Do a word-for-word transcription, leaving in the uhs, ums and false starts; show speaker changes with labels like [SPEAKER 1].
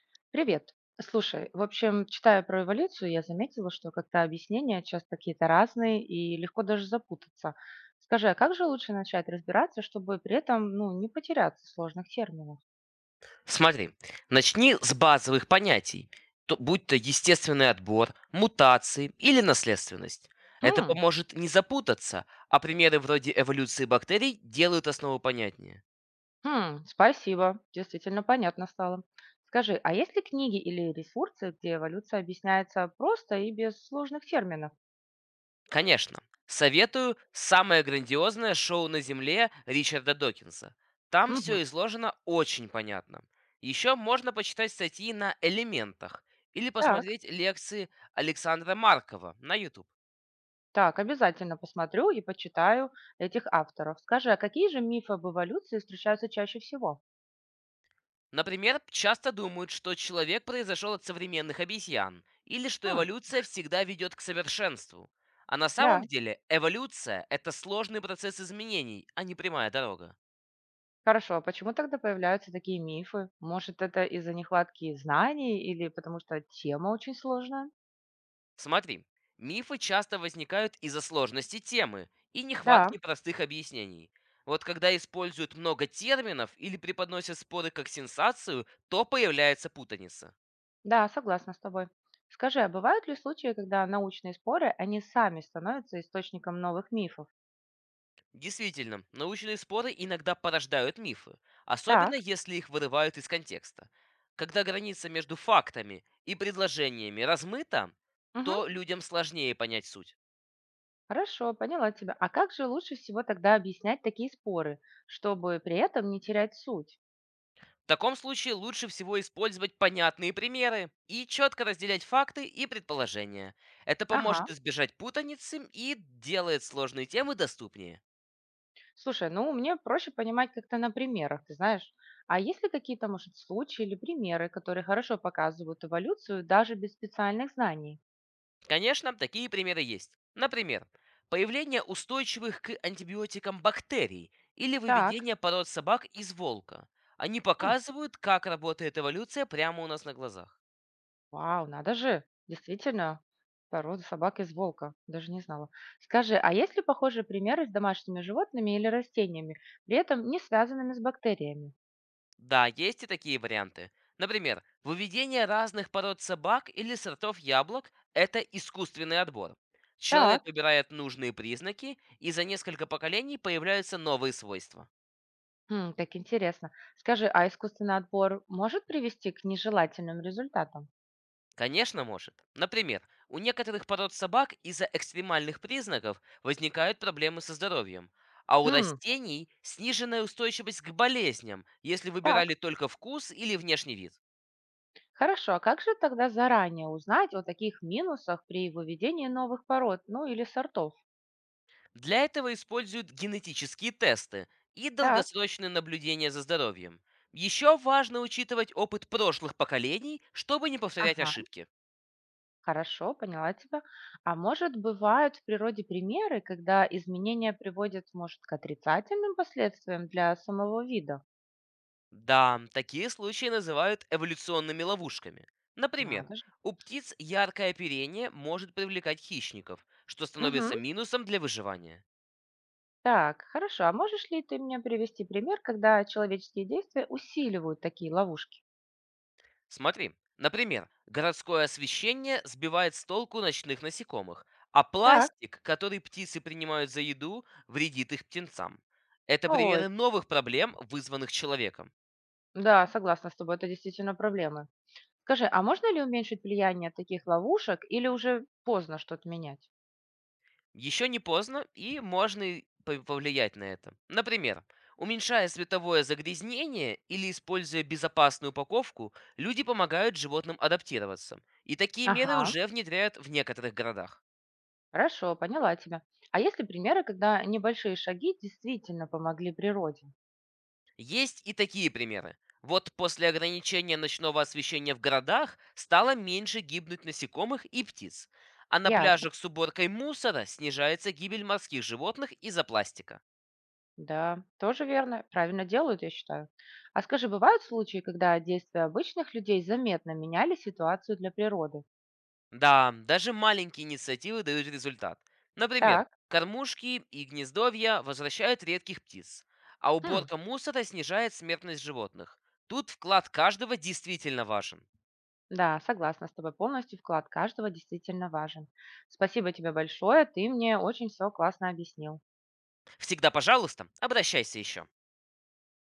[SPEAKER 1] Привет. Слушай, в общем, читая про эволюцию, я заметила, что как-то объяснения часто какие-то разные и легко даже запутаться. Скажи, а как же лучше начать разбираться, чтобы при этом, ну, не потеряться в сложных терминах?
[SPEAKER 2] Смотри, начни с базовых понятий, то- будь то естественный отбор, мутации или наследственность. Это
[SPEAKER 1] Хм,
[SPEAKER 2] поможет не запутаться, а примеры вроде эволюции бактерий делают основу понятнее.
[SPEAKER 1] хм, спасибо, действительно понятно стало. Скажи, а есть ли книги или ресурсы, где эволюция объясняется просто и без сложных терминов?
[SPEAKER 2] Конечно, советую самое грандиозное шоу на Земле Ричарда Докинса. Там
[SPEAKER 1] Мгм.
[SPEAKER 2] все изложено очень понятно. Еще можно почитать статьи на элементах или
[SPEAKER 1] Так,
[SPEAKER 2] посмотреть лекции Александра Маркова на YouTube.
[SPEAKER 1] так, обязательно посмотрю и почитаю этих авторов. Скажи, а какие же мифы об эволюции встречаются чаще всего?
[SPEAKER 2] Например, часто думают, что человек произошел от современных обезьян, или что эволюция всегда ведет к совершенству. А на
[SPEAKER 1] Да,
[SPEAKER 2] самом деле эволюция– это сложный процесс изменений, а не прямая дорога.
[SPEAKER 1] хорошо. А почему тогда появляются такие мифы? Может, это из-за нехватки знаний или потому что тема очень сложная?
[SPEAKER 2] Смотри, мифы часто возникают из-за сложности темы и
[SPEAKER 1] Да,
[SPEAKER 2] нехватки простых объяснений. Вот когда используют много терминов или преподносят споры как сенсацию, то появляется путаница.
[SPEAKER 1] да, согласна с тобой. Скажи, а бывают ли случаи, когда научные споры, они сами становятся источником новых мифов?
[SPEAKER 2] Действительно, научные споры иногда порождают мифы, особенно
[SPEAKER 1] Так,
[SPEAKER 2] если их вырывают из контекста. Когда граница между фактами и предложениями размыта,
[SPEAKER 1] мгм,
[SPEAKER 2] то людям сложнее понять суть.
[SPEAKER 1] хорошо, поняла тебя. А как же лучше всего тогда объяснять такие споры, чтобы при этом не терять суть?
[SPEAKER 2] В таком случае лучше всего использовать понятные примеры и четко разделять факты и предположения. Это
[SPEAKER 1] Ага.
[SPEAKER 2] поможет избежать путаницы и делает сложные темы доступнее.
[SPEAKER 1] Слушай, ну мне проще понимать как-то на примерах, ты знаешь. А есть ли какие-то, может, случаи или примеры, которые хорошо показывают эволюцию даже без специальных знаний?
[SPEAKER 2] Конечно, такие примеры есть. Например, появление устойчивых к антибиотикам бактерий или
[SPEAKER 1] Так,
[SPEAKER 2] выведение пород собак из волка. Они
[SPEAKER 1] м,
[SPEAKER 2] показывают, как работает эволюция прямо у нас на глазах.
[SPEAKER 1] вау, надо же, действительно, порода собак из волка, даже не знала. Скажи, а есть ли похожие примеры с домашними животными или растениями, при этом не связанными с бактериями?
[SPEAKER 2] Да, есть и такие варианты. Например, выведение разных пород собак или сортов яблок– это искусственный отбор. Человек
[SPEAKER 1] Так.
[SPEAKER 2] выбирает нужные признаки, и за несколько поколений появляются новые свойства.
[SPEAKER 1] М, так интересно. Скажи, а искусственный отбор может привести к нежелательным результатам?
[SPEAKER 2] Конечно, может. Например, у некоторых пород собак из-за экстремальных признаков возникают проблемы со здоровьем, а у
[SPEAKER 1] Хм,
[SPEAKER 2] растений сниженная устойчивость к болезням, если выбирали
[SPEAKER 1] так.
[SPEAKER 2] только вкус или внешний вид.
[SPEAKER 1] Хорошо, а как же тогда заранее узнать о таких минусах при выведении новых пород, ну или сортов?
[SPEAKER 2] Для этого используют генетические тесты и
[SPEAKER 1] Так,
[SPEAKER 2] долгосрочное наблюдение за здоровьем. Еще важно учитывать опыт прошлых поколений, чтобы не повторять
[SPEAKER 1] ага,
[SPEAKER 2] ошибки.
[SPEAKER 1] хорошо, поняла тебя. А может, бывают в природе примеры, когда изменения приводят, может, к отрицательным последствиям для самого вида?
[SPEAKER 2] Да, такие случаи называют эволюционными ловушками. Например,
[SPEAKER 1] Надо же.
[SPEAKER 2] у птиц яркое оперение может привлекать хищников, что
[SPEAKER 1] Мгм.
[SPEAKER 2] становится минусом для выживания.
[SPEAKER 1] Так, хорошо. А можешь ли ты мне привести пример, когда человеческие действия усиливают такие ловушки?
[SPEAKER 2] Смотри, например, городское освещение сбивает с толку ночных насекомых, а
[SPEAKER 1] Так,
[SPEAKER 2] пластик, который птицы принимают за еду, вредит их птенцам. Это
[SPEAKER 1] ой,
[SPEAKER 2] примеры новых проблем, вызванных человеком.
[SPEAKER 1] да, согласна с тобой, это действительно проблемы. Скажи, а можно ли уменьшить влияние таких ловушек или уже поздно что-то менять?
[SPEAKER 2] Еще не поздно, и можно и пов- повлиять на это. Например, уменьшая световое загрязнение или используя безопасную упаковку, люди помогают животным адаптироваться. И такие меры
[SPEAKER 1] Ага,
[SPEAKER 2] уже внедряют в некоторых городах.
[SPEAKER 1] хорошо, поняла тебя. А есть ли примеры, когда небольшие шаги действительно помогли природе?
[SPEAKER 2] Есть и такие примеры. Вот после ограничения ночного освещения в городах стало меньше гибнуть насекомых и птиц. А на
[SPEAKER 1] Ясно.
[SPEAKER 2] пляжах с уборкой мусора снижается гибель морских животных из-за пластика.
[SPEAKER 1] Да, тоже верно. Правильно делают, я считаю. А скажи, бывают случаи, когда действия обычных людей заметно меняли ситуацию для природы?
[SPEAKER 2] Да, даже маленькие инициативы дают результат. Например,
[SPEAKER 1] Так.
[SPEAKER 2] кормушки и гнездовья возвращают редких птиц, а
[SPEAKER 1] Хм,
[SPEAKER 2] уборка мусора снижает смертность животных. Тут вклад каждого действительно важен.
[SPEAKER 1] да, согласна с тобой полностью. Вклад каждого действительно важен. Спасибо тебе большое. Ты мне очень все классно объяснил.
[SPEAKER 2] Всегда, пожалуйста, обращайся еще.